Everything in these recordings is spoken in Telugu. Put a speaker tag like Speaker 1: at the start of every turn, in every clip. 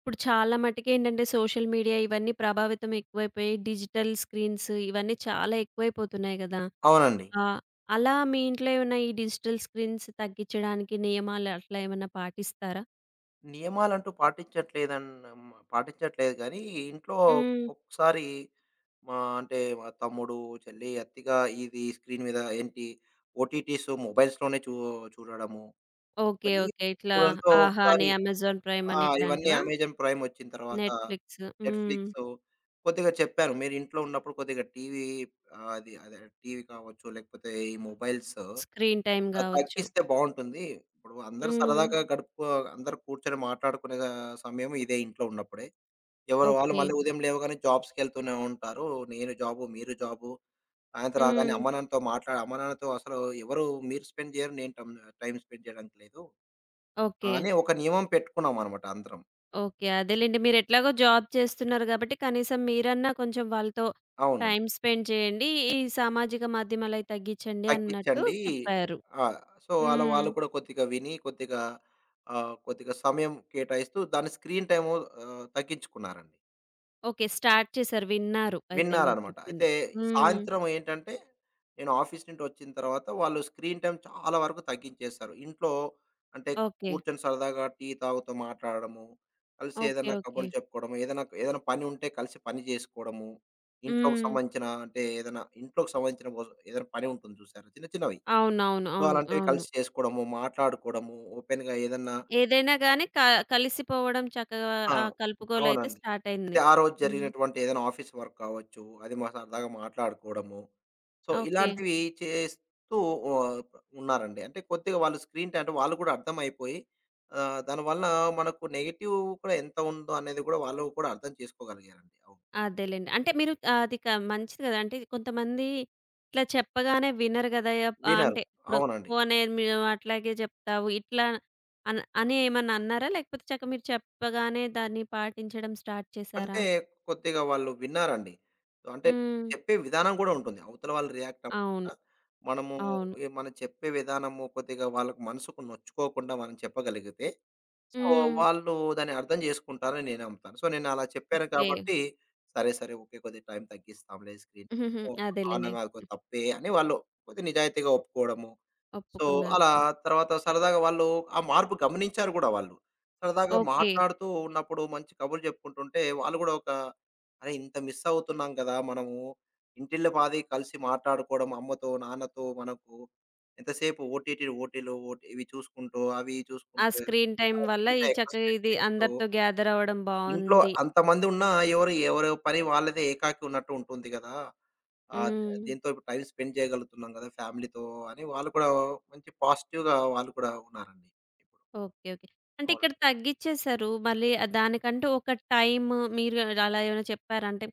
Speaker 1: ఇప్పుడు చాలా మట్టుకేంటంటే సోషల్ మీడియా ఇవన్నీ ప్రభావితం ఎక్కువైపోయి, డిజిటల్ స్క్రీన్స్ ఇవన్నీ చాలా ఎక్కువైపోతున్నాయి గదా!
Speaker 2: అవునండి.
Speaker 1: ఆహ్, అలా మీ ఇంట్లో ఏమన్నా ఈ డిజిటల్ స్క్రీన్స్ తగ్గించడానికి నియమాలు అట్లా ఏమన్నా పాటిస్తారా?
Speaker 2: నియమాలంటూ పాటించట్లేదన్న మ పాటించట్లేదు గానీ, ఇంట్లో
Speaker 1: హ్మ్.
Speaker 2: ఒక్కొక్కసారి మా తమ్ముడు, చెల్లి, అతిగా ఇది స్క్రీన్ మీద ఏంటి ఓటీటీస్ మొబైల్స్‌లోనే చూడడము.
Speaker 1: ఓకే.
Speaker 2: కొన్ని
Speaker 1: ఓకే. ఇట్లా
Speaker 2: చూడడంతో
Speaker 1: ఆహా! అని,
Speaker 2: ఒకసారి
Speaker 1: అమెజాన్ ప్రైమ్
Speaker 2: ఆ!
Speaker 1: అని
Speaker 2: ఇవన్నీ
Speaker 1: ఇట్లాంటివా?
Speaker 2: అమెజాన్ ప్రైమ్ వచ్చిన తర్వాత
Speaker 1: నెట్‌ఫ్లిక్స్. హ్మ్.
Speaker 2: నెట్‌ఫ్లిక్సు కొద్దిగా చెప్పాను. మీరు ఇంట్లో ఉన్నప్పుడు కొద్దిగా టీవీ అదే టీవీ కావచ్చు, లేకపోతే ఈ మొబైల్స్
Speaker 1: స్క్రీన్ టైమ్
Speaker 2: ఆ!
Speaker 1: గావచ్చు.
Speaker 2: తగ్గిస్తే బావుంటుంది. ఇప్పుడు అందరూ
Speaker 1: హ్మ్.
Speaker 2: సరదాగా గడుపుకో అందరూ కూర్చొని మాట్లాడుకునే సమయం ఇదే ఇంట్లో ఉన్నప్పుడే. ఎవరు వాళ్ళు
Speaker 1: ఓకే.
Speaker 2: మళ్ళీ ఉదయం లేవగానే జాబ్స్‌కెళ్తూనే ఉంటారు. నేను జాబు, మీరు జాబు. సాయంత్రం రాగానే
Speaker 1: హ్మ్.
Speaker 2: అమ్మ నాన్నతో అసలు ఎవరు మీరు స్పెండ్ చేయరు. నేను టమ్ టైమ్ స్పెండ్ చేయడానికి లేదు.
Speaker 1: ఓకే.
Speaker 2: అని ఒక నియమం పెట్టుకున్నామనమాట అందరం.
Speaker 1: ఓకే. అదేలెండి. మీరెట్లాగో జాబ్ చేస్తున్నారు గాబట్టి, కనీసం మీరన్నా కొంచెం వాళ్ళతో
Speaker 2: అవును.
Speaker 1: టైమ్ స్పెండ్ చేయండి. ఈ సామాజిక మాధ్యమాలయి తగ్గిచ్చండి అన్నట్టు
Speaker 2: తగ్గించండి.
Speaker 1: చెప్పారు.
Speaker 2: ఆ! సో, అలా
Speaker 1: హ్మ్.
Speaker 2: వాళ్ళు కూడా కొద్దిగా విని, కొద్దిగా కొద్దిగా సమయం కేటాయిస్తూ దాని స్క్రీన్ టైము తగ్గించుకున్నారండి.
Speaker 1: ఓకే. స్టార్ట్ చేశారు. విన్నారు అయితే మీరు
Speaker 2: విన్నారనమాట.
Speaker 1: చెప్పింది.
Speaker 2: అయితే
Speaker 1: హ్మ్.
Speaker 2: సాయంత్రం ఏంటంటే, నేను ఆఫీస్ నుండి వచ్చిన తర్వాత వాళ్ళు స్క్రీన్ టైమ్ చాలా వరకు తగ్గించేశారు. ఇంట్లో అంటే
Speaker 1: ఓకే.
Speaker 2: కూర్చొని సరదాగా టీ తాగుతూ మాట్లాడడము, కలిసి
Speaker 1: ఓకే.
Speaker 2: ఏదైనా
Speaker 1: ఓకే.
Speaker 2: కబుర్లు చెప్పుకోవడము, ఏదైనా ఏదైనా పని ఉంటే కలిసి పని చేసుకోవడము, ఇంట్లోకి
Speaker 1: హ్మ్.
Speaker 2: సంబంధించిన అంటే ఏదైనా ఇంట్లోకి సంబంధించిన బోజ ఏదైనా పని ఉంటుంది చూసారా? చిన్న చిన్నవి.
Speaker 1: అవునవును.
Speaker 2: సో,
Speaker 1: అవును. అవును.
Speaker 2: అలాంటివి
Speaker 1: అవును
Speaker 2: కలిసి చేసుకోవడము, మాట్లాడుకోవడము, ఓపెన్‌గా ఏదన్నా
Speaker 1: ఏదైనా గానీ కలిసిపోవడం చక్కగా
Speaker 2: ఆ!
Speaker 1: ఆ కలుపుకోలయితే
Speaker 2: అవునండి.
Speaker 1: స్టార్ట్
Speaker 2: అయితే
Speaker 1: అయింది.
Speaker 2: ఆ రోజు
Speaker 1: హ్మ్.
Speaker 2: జరిగినటువంటి ఏదైనా ఆఫీస్ వర్క్ కావచ్చు, అది మా సరదాగా మాట్లాడుకోవడము. So,
Speaker 1: okay.
Speaker 2: ఇలాంటివి చేస్తూ ఓహ్! ఉన్నారండి. అంటే కొద్దిగా వాళ్ళు స్క్రీన్ టైమ్ అంటే వాళ్ళు కూడా అర్థమైపోయి దానివల్ల మనకు నెగెటివ్ కూడా ఎంత ఉందో అనేది కూడా వాళ్ళు కూడా అర్థం చేసుకోగలిగారండి. అవును.
Speaker 1: అదేలెండి. అంటే మీరు అది మంచిది గదా! అంటే కొంతమంది ఇట్లా చెప్పగానే వినరు గదా!
Speaker 2: వినరు.
Speaker 1: అంటే ఇప్పుడు
Speaker 2: అవునండి.
Speaker 1: పోనీ నువ్వు అట్లాగే జెప్తావు ఇట్లా అని ఏమన్నా అన్నారా? లేకపోతే చక్క మీరు చెప్పగానే దాన్ని పాటించడం స్టార్ట్ చేశారా?
Speaker 2: అంటే కొద్దిగా వాళ్ళు విన్నారండి. సో అంటే
Speaker 1: హ్మ్.
Speaker 2: చెప్పే విధానం కూడా ఉంటుంది. అవతల వాళ్ళు రియాక్ట్
Speaker 1: అవును.
Speaker 2: అవ్వకుండా మనము
Speaker 1: అవును.
Speaker 2: మనం చెప్పే విధానము కొద్దిగా వాళ్ళకి మనసుకు నొచ్చుకోకుండా మనం చెప్పగలిగితే సో,
Speaker 1: హ్మ్.
Speaker 2: వాళ్ళు దాన్ని అర్థం జేసుకుంటారని నేను నమ్ముతాను. సో, నేను అలా చెప్పాను
Speaker 1: ఓకే.
Speaker 2: కాబట్టి, సరే, సరే. ఓకే. కొద్దిగా టైం తగ్గిస్తాంలే స్క్రీన్.
Speaker 1: హుహుహు.
Speaker 2: ఓహ్! అవును.
Speaker 1: అదేలెండి.
Speaker 2: నాకు తప్పే అని వాళ్ళు కొద్దిగా నిజాయితీగా ఒప్పుకోవడము. సో,
Speaker 1: ఒప్పుకున్నారు.
Speaker 2: అలా తర్వాత సరదాగా వాళ్ళు ఆ మార్పు గమనించారు గూడా వాళ్ళు. సరదాగా
Speaker 1: ఓకే.
Speaker 2: మాట్లాడుతూ ఉన్నప్పుడు మంచి కబుర్లు చెప్పుకుంటుంటే, వాళ్ళు గూడా ఒక అరే! ఇంత మిస్ అవుతున్నాం గదా! మనము. ఇంటిల్లిపాది కలిసి మాట్లాడుకోవడం అమ్మతో, నాన్నతో మనకు ఎంతసేపు ఓటీ ఇవి చూసుకుంటూ, అవి
Speaker 1: ఆ
Speaker 2: చూసుకుంటూ
Speaker 1: స్క్రీన్ టైమ్
Speaker 2: ఆ!
Speaker 1: వల్ల
Speaker 2: ఇంకా
Speaker 1: ఈ
Speaker 2: ఎక్కువ
Speaker 1: చక్కగా
Speaker 2: స్పెండ్
Speaker 1: ఇది
Speaker 2: చేస్తూ,
Speaker 1: అందరితో గ్యాదర్ అవ్వడం
Speaker 2: ఇంట్లో
Speaker 1: బావుంది.
Speaker 2: అంతమంది ఉన్నా ఎవరు ఎవరి పని వాళ్ళదే ఏకాకి ఉన్నట్టు ఉంటుంది గదా! ఆహ్,
Speaker 1: హ్మ్.
Speaker 2: దీంతో ఇప్పుడు టైమ్ స్పెండ్ చేయగలుగుతున్నాం గదా! ఫ్యామిలీతో అని వాళ్ళు కూడా మంచి పాజిటివ్‌గా వాళ్ళు కూడా ఉన్నారండి. ఇప్పుడు
Speaker 1: ఓకే. ఓకే. అంటే ఇక్కడ
Speaker 2: అవునండి.
Speaker 1: తగ్గిచ్చేసారు. మళ్ళీ దానికంటూ ఒక టైము మీరు అలా ఏమైనా చెప్పారా? అంటే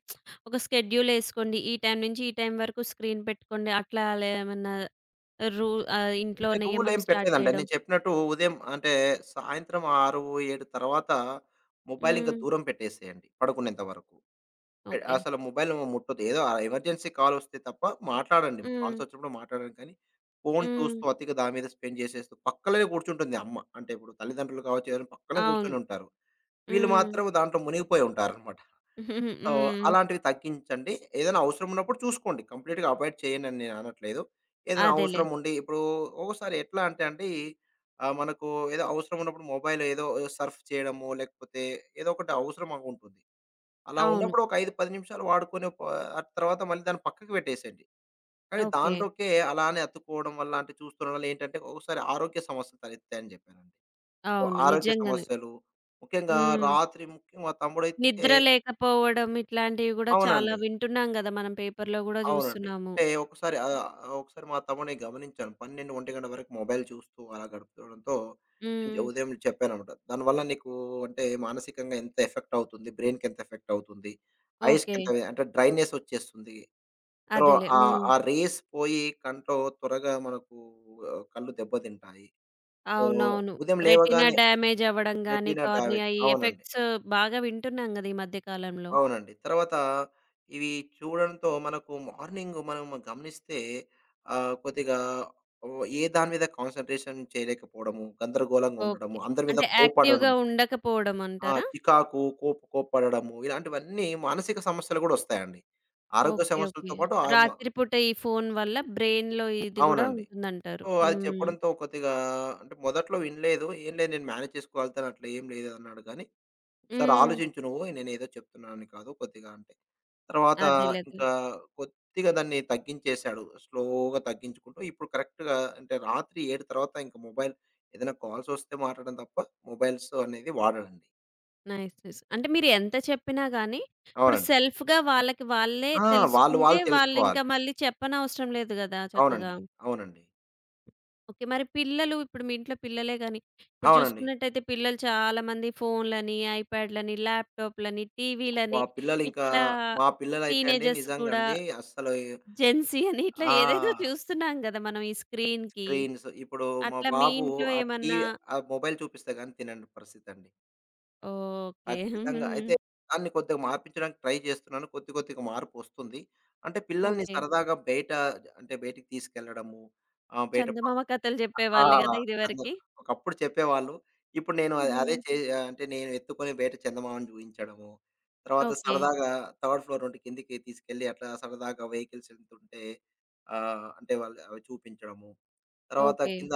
Speaker 1: ఒక షెడ్యూలేసుకోండి. ఈ టైం నుంచి ఈ టైం వరకు స్క్రీన్ పెట్టుకోండి. అట్లా అలా ఏమన్నా రూ ఇంట్లో
Speaker 2: అంటే రూల్
Speaker 1: నియమం
Speaker 2: ఏం
Speaker 1: స్టార్ట్
Speaker 2: పెట్టలేదండి.
Speaker 1: చేయడం.
Speaker 2: నేను చెప్పినట్టు ఉదయం అంటే సాయంత్రం 6, 7 తర్వాత మొబైల్ ఇంకా
Speaker 1: హ్మ్.
Speaker 2: దూరం పెట్టేసేయండి పడుకునేంత వరకు.
Speaker 1: ఓకే.
Speaker 2: అసలు మొబైల్ ముట్టొద్దు. ఏదో ఎమర్జెన్సీ కాలొస్తే తప్ప మాట్లాడండి.
Speaker 1: హ్మ్.
Speaker 2: కాల్సొచ్చినప్పుడు మాట్లాడండి కానీ, ఫోను
Speaker 1: హ్మ్.
Speaker 2: చూస్తూ అతిగా దాని మీద స్పెండ్ చేసేస్తూ పక్కలనే కూర్చుంటుంది అమ్మ. అంటే ఇప్పుడు తల్లిదండ్రులు కావచ్చు ఎవరైనా పక్కనే
Speaker 1: అవును.
Speaker 2: కూర్చొనుంటారు. వీళ్ళు
Speaker 1: హ్మ్.
Speaker 2: మాత్రం దాంట్లో మునిగిపోయి ఉంటారనమాట. సో,
Speaker 1: హ్మ్.
Speaker 2: అలాంటివి తగ్గించండి. ఏదైనా అవసరం ఉన్నప్పుడు చూసుకోండి. కంప్లీట్‌గా అవాయిడ్ చేయండి అని నేను అనట్లేదు. ఏదైనా
Speaker 1: అదేలే.
Speaker 2: అవసరం ఉండి ఇప్పుడు ఒక్కోసారి ఎట్లా అంటే అండి మనకు ఏదో అవసరం ఉన్నప్పుడు మొబైల్ ఏదో సర్ఫ్ చేయడమో, లేకపోతే ఏదో ఒకటి అవసరం మాకుంటుంది. అలా
Speaker 1: అవును.
Speaker 2: ఉన్నప్పుడు ఒక 5, 10 నిమిషాలు వాడుకొని ప ఆ తర్వాత మళ్ళీ దాన్ని పక్కకి పెట్టేసేయండి. కానీ
Speaker 1: ఓకే.
Speaker 2: దానిలోకే అలానే అతుక్కోవడం వల్ల అంటే చూస్తుండడం వల్ల ఏంటంటే ఒక్కొక్కసారి ఆరోగ్య సమస్యలు తలెత్తాయని చెప్పానండి. సో,
Speaker 1: అవును.
Speaker 2: ఆరోగ్య
Speaker 1: నిజంగానే.
Speaker 2: సమస్యలు ముఖ్యంగా
Speaker 1: హ్మ్.
Speaker 2: రాత్రి ముఖ్యంగా మా తమ్ముడైతే
Speaker 1: నిద్ర లేకపోవడం ఇట్లాంటివి గూడా చాలా
Speaker 2: అవునండి.
Speaker 1: వింటున్నాం గదా! మనం పేపర్‌లో గూడా
Speaker 2: అవునండి.
Speaker 1: జూస్తున్నాము.
Speaker 2: అంటే ఒకసారి మా తమ్ముడిని గమనించాను. 12, 1 గంట వరకు మొబైల్ చూస్తూ అలా గడుపుతుండడంతో అంటే
Speaker 1: హ్మ్.
Speaker 2: ఉదయం చెప్పాననమాట. "దానివల్ల నీకు అంటే మానసికంగా ఎంత ఎఫెక్ట్ అవుతుంది, బ్రెయిన్‌కి ఎంత ఎఫెక్ట్ అవుతుంది, ఐస్‌కి
Speaker 1: ఓకే.
Speaker 2: ఎంత అంటే డ్రైనెస్ వచ్చేస్తుంది." రో
Speaker 1: అదేలే.
Speaker 2: ఆ
Speaker 1: హ్మ్.
Speaker 2: ఆ రేస్ పోయి కంట్లో త్వరగా మనకు కళ్ళు దెబ్బతింటాయి. సో,
Speaker 1: అవునవును.
Speaker 2: ఉదయం
Speaker 1: రెటీనా
Speaker 2: లేవగానే
Speaker 1: డ్యామేజ్ అవ్వడం గాని,
Speaker 2: రెటీనా డ్యామేజ్
Speaker 1: కార్నియా ఈ
Speaker 2: అవునండి.
Speaker 1: ఎఫెక్ట్స్ బాగా వింటున్నాం గదా! ఈ మధ్య కాలంలో.
Speaker 2: అవునండి. తర్వాత ఇవి చూడడంతో మనకు మార్నింగ్ మనం గమనిస్తే కొద్దిగా ఏ దాని మీద కాన్సంట్రేషన్ చేయలేకపోవడము, గందరగోళంగా
Speaker 1: ఓకే.
Speaker 2: ఉండడము, అందరి మీద
Speaker 1: అంటే యాక్టివ్‌గా
Speaker 2: కోప్పడడము.
Speaker 1: ఉండకపోవడం
Speaker 2: ఆ!
Speaker 1: అంటారా?
Speaker 2: చికాకు, కోప్పడడము ఇలాంటివన్నీ మానసిక సమస్యలు గూడొస్తాయండి. ఆరోగ్య
Speaker 1: ఓకే. ఓకే.
Speaker 2: సమస్యలతో పాటు
Speaker 1: రాత్రి పూట ఈ ఫోను వల్ల బ్రెయిన్‌లో ఇది గూడా
Speaker 2: అవునండి.
Speaker 1: ఉంటుందంటారు.
Speaker 2: సో, అది
Speaker 1: హ్మ్.
Speaker 2: చెప్పడంతో కొద్దిగా అంటే మొదట్లో వినలేదు. "ఏం లేదు నేను మేనేజ్ చేసుకోగలుగుతాను అట్లా ఏం లేదు" అన్నాడు గానీ, "ఒకసారి
Speaker 1: హ్మ్.
Speaker 2: ఆలోచించు నువ్వు నేనేదో చెప్తున్నానని కాదు కొద్దిగా" అంటే. తర్వాత
Speaker 1: అదేలే. అదేలే.
Speaker 2: ఇంకా కొద్దిగా దాన్ని తగ్గించేశాడు. స్లోగా తగ్గించుకుంటూ ఇప్పుడు కరెక్ట్‌గా అంటే రాత్రి 7 తర్వాత ఇంక మొబైల్ ఏదైనా కాల్స్ వస్తే మాట్లాడడం తప్ప మొబైల్స్ అనేది వాడడండి.
Speaker 1: నైస్. నైస్. అంటే మీరు ఎంత చెప్పినా గాని, ఇప్పుడు
Speaker 2: అవునండి.
Speaker 1: సెల్ఫ్‌గా వాళ్ళకి వాళ్ళే
Speaker 2: ఆ! వాళ్ళు
Speaker 1: తెలుసుకుంటే,
Speaker 2: వాళ్ళు తెలుసుకోవాలి.
Speaker 1: వాళ్ళింకా మళ్ళీ చెప్పనవసరం లేదు గదా! చక్కగా.
Speaker 2: అవునండి. అవునండి.
Speaker 1: ఓకే. మరి పిల్లలు ఇప్పుడు మీ ఇంట్లో పిల్లలే గాని, ఇప్పుడు
Speaker 2: అవునండి.
Speaker 1: చూసుకున్నట్టయితే పిల్లలు చాలామంది ఫోన్‌లని, ఐప్యాడ్‌లని, ల్యాప్‌టాప్‌లని,
Speaker 2: మా
Speaker 1: టీవీలని
Speaker 2: పిల్లలింకా
Speaker 1: ఇట్లా
Speaker 2: మా పిల్లలైతే అండి
Speaker 1: టీనేజర్స్
Speaker 2: నిజంగా
Speaker 1: కూడా
Speaker 2: అండి అస్సలు
Speaker 1: జెన్‌సీ అని ఇట్లా
Speaker 2: ఆ!
Speaker 1: ఏదేదో చూస్తున్నాం గదా! మనం ఈ స్క్రీన్‌కి.
Speaker 2: స్క్రీన్స్. ఇప్పుడు మా
Speaker 1: అట్లా మీ
Speaker 2: బాబు
Speaker 1: ఇంట్లో
Speaker 2: ఆ టీ
Speaker 1: ఏమన్నా
Speaker 2: ఆ మొబైల్ చూపిస్తే గాని తినని పరిస్థితి అండి.
Speaker 1: ఓకే.
Speaker 2: ఖచ్చితంగా
Speaker 1: హ్మ్.
Speaker 2: అయితే దాన్ని కొద్దిగా మార్పించడానికి ట్రై చేస్తున్నాను. కొద్ది కొద్దిగా మార్పొస్తుంది. అంటే పిల్లల్ని
Speaker 1: ఓకే.
Speaker 2: సరదాగా బయట అంటే బయటికి తీసుకెళ్లడము. బయట ప
Speaker 1: చందమామ కథలు
Speaker 2: ఆ!
Speaker 1: చెప్పేవాళ్ళు గదా!
Speaker 2: అదే.
Speaker 1: ఇదివరకి.
Speaker 2: ఒకప్పుడు చెప్పేవాళ్ళు. ఇప్పుడు నేను అ అదే
Speaker 1: హ్మ్.
Speaker 2: చే అంటే నేను ఎత్తుకొని బయట చందమామను చూయించడము. తర్వాత
Speaker 1: ఓకే.
Speaker 2: సరదాగా థర్డ్ ఫ్లోర్ నుండి కిందకి తీసుకెళ్ళి అట్లా సరదాగా వెహికల్స్ వెళ్తుంటే అంటే వాళ్ళు అవి చూపించడము. తర్వాత
Speaker 1: ఓకే.
Speaker 2: కింద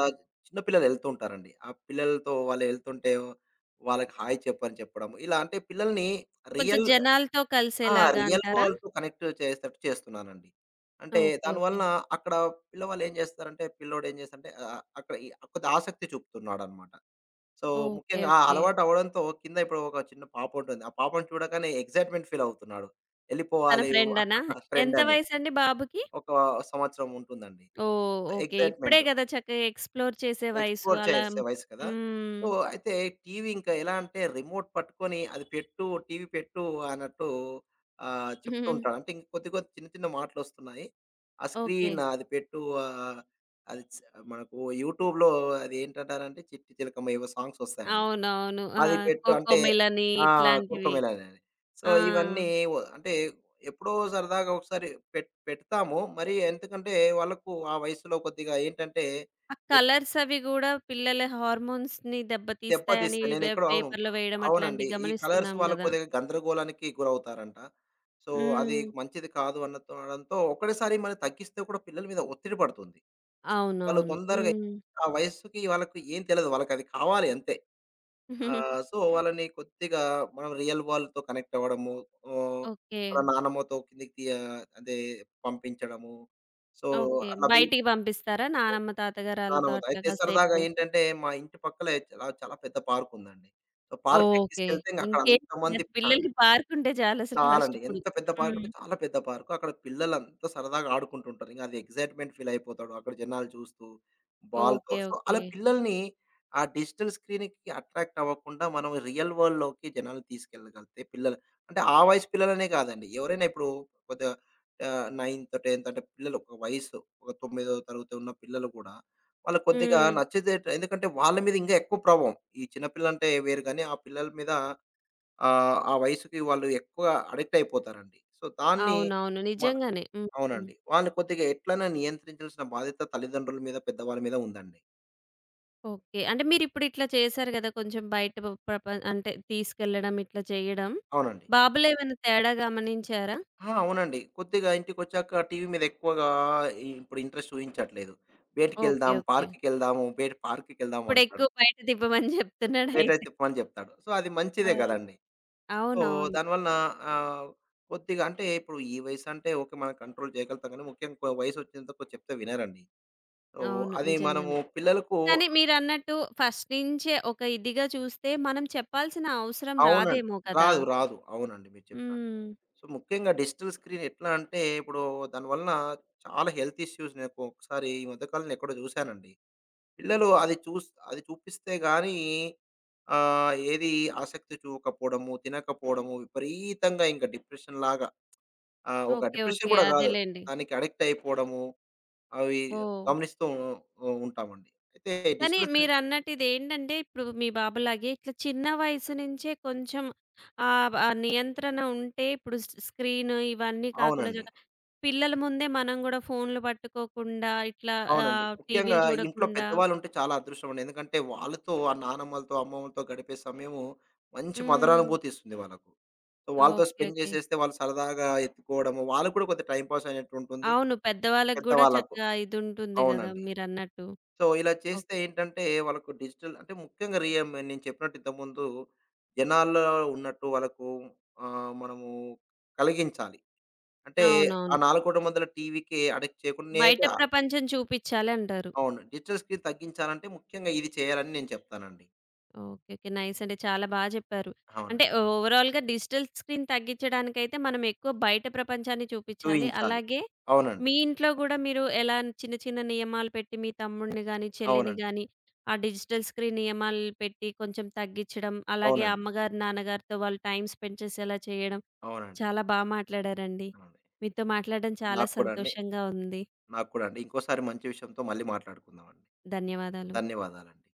Speaker 2: చిన్న పిల్లలు ఎళ్తూ ఉంటారండి. ఆ పిల్లలతో వాళ్ళు ఎళ్తుంటే వాళ్ళకి హాయ్ చెప్పని చెప్పడం. ఇలా అంటే పిల్లల్ని
Speaker 1: కొంచెం
Speaker 2: రియల్
Speaker 1: జనాలతో
Speaker 2: ఆ!
Speaker 1: కలిసేలాగా
Speaker 2: రియల్
Speaker 1: అంటారా?
Speaker 2: వరల్డ్‌తో కనెక్ట్ చేసేటట్టు చేస్తున్నానండి. అంటే
Speaker 1: ఓకే. ఓకే.
Speaker 2: దానివలన అక్కడ పిల్లవాళ్ళు ఏం చేస్తారంటే పిల్లోడు ఏం చేస్తాడంటే అక్కడ ఈ కొద్దిగా ఆసక్తి చూపుతున్నాడన్నమాట. So,
Speaker 1: okay.
Speaker 2: ముఖ్యంగా ఆ
Speaker 1: ఓకే.
Speaker 2: అలవాటు అవ్వడంతో కింద ఇప్పుడు ఒక చిన్న పాప ఉంటుంది. ఆ పాపను చూడగానే ఎక్సైట్‌మెంట్ ఫీల్ అవుతున్నాడు.
Speaker 1: తన
Speaker 2: ఎళ్ళిపోవాలి
Speaker 1: ఫ్రెండనా?
Speaker 2: ఫ్రెండ్
Speaker 1: ఎంత
Speaker 2: అని.
Speaker 1: వయసండి బాబుకి?
Speaker 2: ఒక సంవత్సరం ఉంటుందండి.
Speaker 1: ఓహ్! ఓకే. ఇప్పుడే
Speaker 2: ఎక్సైట్‌మెంట్.
Speaker 1: గదా చక్కగా ఎక్స్‌ప్లోర్ చేసే వయసు
Speaker 2: ఎక్స్‌ప్లోర్
Speaker 1: అలా
Speaker 2: చేసే వయసు కదా!
Speaker 1: హ్మ్.
Speaker 2: సో, అయితే టీవీ ఇంకా ఎలా అంటే రిమోట్ పట్టుకొని అది పెట్టు, టీవీ పెట్టు అన్నట్టు చెప్తూ ఉంటాడు. అంటే ఇంక కొద్ది, కొద్ది చిన్న, చిన్న మాటలొస్తున్నాయి. ఆ
Speaker 1: ఓకే.
Speaker 2: స్క్రీన్ అది పెట్టు అది స్ మనకు యూట్యూబ్‌లో అది ఏంటంటారంటే 'చిట్టి చిలకమ్మ' ఏవో సాంగ్స్ వస్తాయండి.
Speaker 1: అవునవును. ఆ!
Speaker 2: అది పెట్టు అంటే
Speaker 1: కోకోమిలని
Speaker 2: ఆ!
Speaker 1: ఇట్లాంటివి.
Speaker 2: 'కొక్కమెలె'నని. సో,
Speaker 1: ఆ!
Speaker 2: ఇవన్నీ అంటే ఎప్పుడో సరదాగా ఒకసారి పెడతాము. మరి ఎందుకంటే వాళ్ళకు ఆ వయసులో కొద్దిగా ఏంటంటే
Speaker 1: ఆ కలర్స్ అవి గూడా పిల్లల హార్మోన్స్‌ని దెబ్బతీస్తాయని
Speaker 2: దెబ్బతీస్తాయి. నేనెక్కడో అవును.
Speaker 1: పేపర్‌లో వేయడం
Speaker 2: అవునండి.
Speaker 1: అట్లాంటివి
Speaker 2: ఈ కలర్స్
Speaker 1: గమనిస్తున్నాం
Speaker 2: వల్ల
Speaker 1: గదా!
Speaker 2: కొద్దిగా గందరగోళానికి గురవుతారంట. సో, అది
Speaker 1: హ్మ్.
Speaker 2: మంచిది కాదు అనడంతో ఒక్కడేసారి మరి తగ్గిస్తే కూడా పిల్లల మీద ఒత్తిడి పడుతుంది. వాళ్ళు
Speaker 1: అవునవును.
Speaker 2: తొందరగా
Speaker 1: హ్మ్.
Speaker 2: ఆ వయస్సుకి వాళ్ళకి ఏం తెలదు. వాళ్ళకది కావాలి అంతే. సో, వాళ్ళని కొద్దిగా మనం రియల్ వరల్డ్‌తో కనెక్ట్ అవ్వడము. Oh,
Speaker 1: okay.
Speaker 2: వాళ్ళ నానమ్మతో కిందకి తీయ అదే పంపించడము. So,
Speaker 1: okay.
Speaker 2: అట్లా పెం
Speaker 1: బయటికి పంపిస్తారా నానమ్మ, తాతగారు ఆళ్ళతో
Speaker 2: ఆనవత.
Speaker 1: అట్లా
Speaker 2: అయితే సరదాగా
Speaker 1: కాసేపు?
Speaker 2: ఏంటంటే, మా ఇంటి పక్కలే చాలా చాలా పెద్ద పార్కుందండి. సో, పార్క్‌కి
Speaker 1: ఓకే.
Speaker 2: తీసుకెళ్తే ఇంగ అక్కడ
Speaker 1: ఇంకేం
Speaker 2: అంతమంది
Speaker 1: లేదు.
Speaker 2: ఆ!
Speaker 1: పిల్లలకి పార్కుంటే చాలసలు
Speaker 2: చాలా
Speaker 1: ఫస్ట్
Speaker 2: అండి.
Speaker 1: ఇప్పుడు.
Speaker 2: ఎంత పెద్ద పార్క్
Speaker 1: హ్మ్.
Speaker 2: అంటే చాలా పెద్ద పార్కు. అక్కడ పిల్లలంతా సరదాగా ఆడుకుంటుంటారు. ఇంక అది ఎక్సైట్‌మెంట్ ఫీల్ అయిపోతాడు. అక్కడ జనాలు చూస్తూ బాల్‌తో.
Speaker 1: ఓకే.
Speaker 2: So,
Speaker 1: okay.
Speaker 2: అలా పిల్లల్ని ఆ డిజిటల్ స్క్రీన్‌కి అట్రాక్ట్ అవ్వకుండా మనం రియల్ వరల్డ్‌లోకి జనాల్ని తీసుకెళ్ళగలిగితే పిల్లలు అంటే ఆ వయసు పిల్లలనే కాదండి. ఎవరైనా ఇప్పుడు కొద్దిగా 9త్, 10త్ అంటే పిల్లలు ఒక వయసు ఒక 9దో తరగతి ఉన్న పిల్లలు కూడా వాళ్ళు కొద్దిగా
Speaker 1: హ్మ్.
Speaker 2: నచ్చితే ఎందుకంటే వాళ్ళ మీద ఇంకా ఎక్కువ ప్రభావం. ఈ చిన్న పిల్లంటే వేరు గాని ఆ పిల్లల మీద ఆ వయసుకి వాళ్ళు ఎక్కువ అడిక్ట్ అయిపోతారండి. సో, దాన్ని
Speaker 1: అవునవును.
Speaker 2: మన
Speaker 1: నిజంగానే. హ్మ్. హ్మ్.
Speaker 2: అవునండి. వాళ్ళని కొద్దిగా ఎట్లైనా నియంత్రించాల్సిన బాధ్యత తల్లిదండ్రుల మీద, పెద్దవాళ్ళ మీద ఉందండి.
Speaker 1: ఓకే. అంటే మీరిప్పుడు ఇట్లా చేశారు గదా! కొంచెం బయట ప్రప అంటే తీసుకెళ్ళడం ఇట్లా చేయడం.
Speaker 2: అవునండి.
Speaker 1: బాబులో ఏమైనా తేడా గమనించారా?
Speaker 2: ఆ! అవునండి. కొద్దిగా ఇంటికొచ్చాక టీవీ మీద ఎక్కువగా ఇప్పుడు ఇంట్రెస్ట్ చూయించట్లేదు.
Speaker 1: ఓకే.
Speaker 2: బయటికెళ్దాం,
Speaker 1: ఓకే.
Speaker 2: పార్క్‌కెళ్దాము, బయట పార్క్‌కెళ్దాం అంటాడు.
Speaker 1: ఇప్పుడెక్కువ బయట తిప్పమని చెప్తున్నాడయితే.
Speaker 2: "ఏటైతే పో" అని చెప్తాడు. సో, అది మంచిదే
Speaker 1: ఆ!
Speaker 2: కదండీ. సో,
Speaker 1: అవునవును.
Speaker 2: దానివలన ఆహ్, కొద్దిగా అంటే ఇప్పుడు ఈ వయసంటే ఓకే. మనం కంట్రోల్ చేయగలుగుతాం కానీ, ముఖ్యంగా వయసొచ్చేంతకు చెప్తే వినరండి. ఓహ్!
Speaker 1: అవును.
Speaker 2: అది మనము
Speaker 1: నిజంగానే.
Speaker 2: పిల్లలకు
Speaker 1: కానీ మీరన్నట్టు ఫస్ట్ నుంచే ఒక ఇదిగా చూస్తే మనం చెప్పాల్సిన అవసరం
Speaker 2: అవునండి.
Speaker 1: రాదేమో కదా!
Speaker 2: రాదు. రాదు. అవునండి. మీరు చెప్పినట్టు.
Speaker 1: హ్మ్.
Speaker 2: సో, ముఖ్యంగా డిజిటల్ స్క్రీన్ ఎట్లా అంటే ఇప్పుడు దాని వలన చాలా హెల్త్ ఇష్యూస్ నాకు ఒకసారి ఈ మధ్య కాలంలో ఎక్కడో చూశానండి. పిల్లలు అది చూపిస్తే గాని ఏది ఆసక్తి చూపకపోవడము, తినకపోవడము, విపరీతంగా ఇంకా డిప్రెషన్‌లాగా ఒక
Speaker 1: ఓకే.
Speaker 2: Depression
Speaker 1: okay.
Speaker 2: కూడా కాదు.
Speaker 1: అదేలెండి.
Speaker 2: దానికి అడిక్ట్ అయిపోవడము, అవి
Speaker 1: ఓహ్!
Speaker 2: గమనిస్తూ ఉంటామండి. అయితే
Speaker 1: కానీ
Speaker 2: డిజిటల్ స్క్రీన్
Speaker 1: మీరన్నట్టు ఇదేంటంటే, ఇప్పుడు మీ బాబులాగే ఇట్లా చిన్న వయసు నుంచే కొంచెం ఆ నియంత్రణ ఉంటే ఇప్పుడు స్క్రీను ఇవన్నీ కాకుండా
Speaker 2: అవునండి.
Speaker 1: చక పిల్లల ముందే మనం గూడా ఫోన్‌లు పట్టుకోకుండా ఇట్లా
Speaker 2: అవునండి. ముఖ్యంగా
Speaker 1: టీవీలు
Speaker 2: ఇంట్లో
Speaker 1: చూడకుండా
Speaker 2: పెద్దవాళ్ళుంటే చాలా అదృష్టమండి. ఎందుకంటే వాళ్ళతో ఆ నానమ్మలతో, అమ్మమ్మలతో గడిపే సమయము మంచి
Speaker 1: హ్మ్.
Speaker 2: మధురానుభూతి ఇస్తుంది వాళ్ళకు. సో, వాళ్ళతో
Speaker 1: ఓకే.
Speaker 2: Spend
Speaker 1: okay.
Speaker 2: చేసేస్తే వాళ్ళు సరదాగా ఎత్తుకోవడము, వాళ్ళకి కూడా కొద్దిగా టైమ్ పాస్ అయినట్టుంటుంది
Speaker 1: అవును. పెద్దవాళ్ళకి గూడా
Speaker 2: పెద్దవాళ్ళకు.
Speaker 1: చక్కగా ఇదుంటుంది గదా!
Speaker 2: అవునండి.
Speaker 1: మీరన్నట్టు.
Speaker 2: సో, ఇలా
Speaker 1: ఓహ్!
Speaker 2: చేస్తే ఏంటంటే వాళ్ళకు డిజిటల్ అంటే ముఖ్యంగా నేను చెప్పినట్టు ఇంతకుముందు జనాల్లో ఉన్నట్టు వాళ్ళకు మనము కలిగించాలి. అంటే ఆ
Speaker 1: అవునవును.
Speaker 2: 4 గోడల మధ్యల టీవీకి అడిక్ట్ చేయకుండా
Speaker 1: బయట
Speaker 2: నేనైతే
Speaker 1: ప్రపంచం చూపిచ్చాలంటారు.
Speaker 2: అవును. డిజిటల్ స్క్రీన్ తగ్గించాలంటే ముఖ్యంగా ఇది చేయాలని నేను చెప్తానండి.
Speaker 1: ఓకే. ఓకే. నైస్ అండి. చాలా బా జెప్పారు. అంటే
Speaker 2: అవునండి.
Speaker 1: ఓవరాల్‌గా డిజిటల్ స్క్రీన్ తగ్గించడానికైతే మనం ఎక్కువ బయట ప్రపంచాన్ని చూపించాలి.
Speaker 2: చూయించాలి.
Speaker 1: అలాగే
Speaker 2: అవునండి.
Speaker 1: మీ ఇంట్లో గూడా మీరు ఎలా చిన్న చిన్న నియమాలు పెట్టి మీ తమ్ముడిని గాని, చెల్లిని
Speaker 2: అవునండి.
Speaker 1: గాని ఆ డిజిటల్ స్క్రీన్ నియమాలు పెట్టి కొంచెం తగ్గించడం, అలాగే
Speaker 2: అవునండి.
Speaker 1: అమ్మగారు, నాన్నగారితో వాళ్ళు టైమ్ స్పెండ్ చేసేలా చేయడం
Speaker 2: అవునండి.
Speaker 1: చాలా బా మాట్లాడారండి.
Speaker 2: అవునండి.
Speaker 1: మీతో మాట్లాడడం చాలా
Speaker 2: నాకు కూడా అండి.
Speaker 1: సంతోషంగా ఉంది.
Speaker 2: నాకు కూడా అండి. ఇంకోసారి మంచి విషయంతో మళ్ళీ మాట్లాడుకుందామండి.
Speaker 1: ధన్యవాదాలు.
Speaker 2: ధన్యవాదాలండి.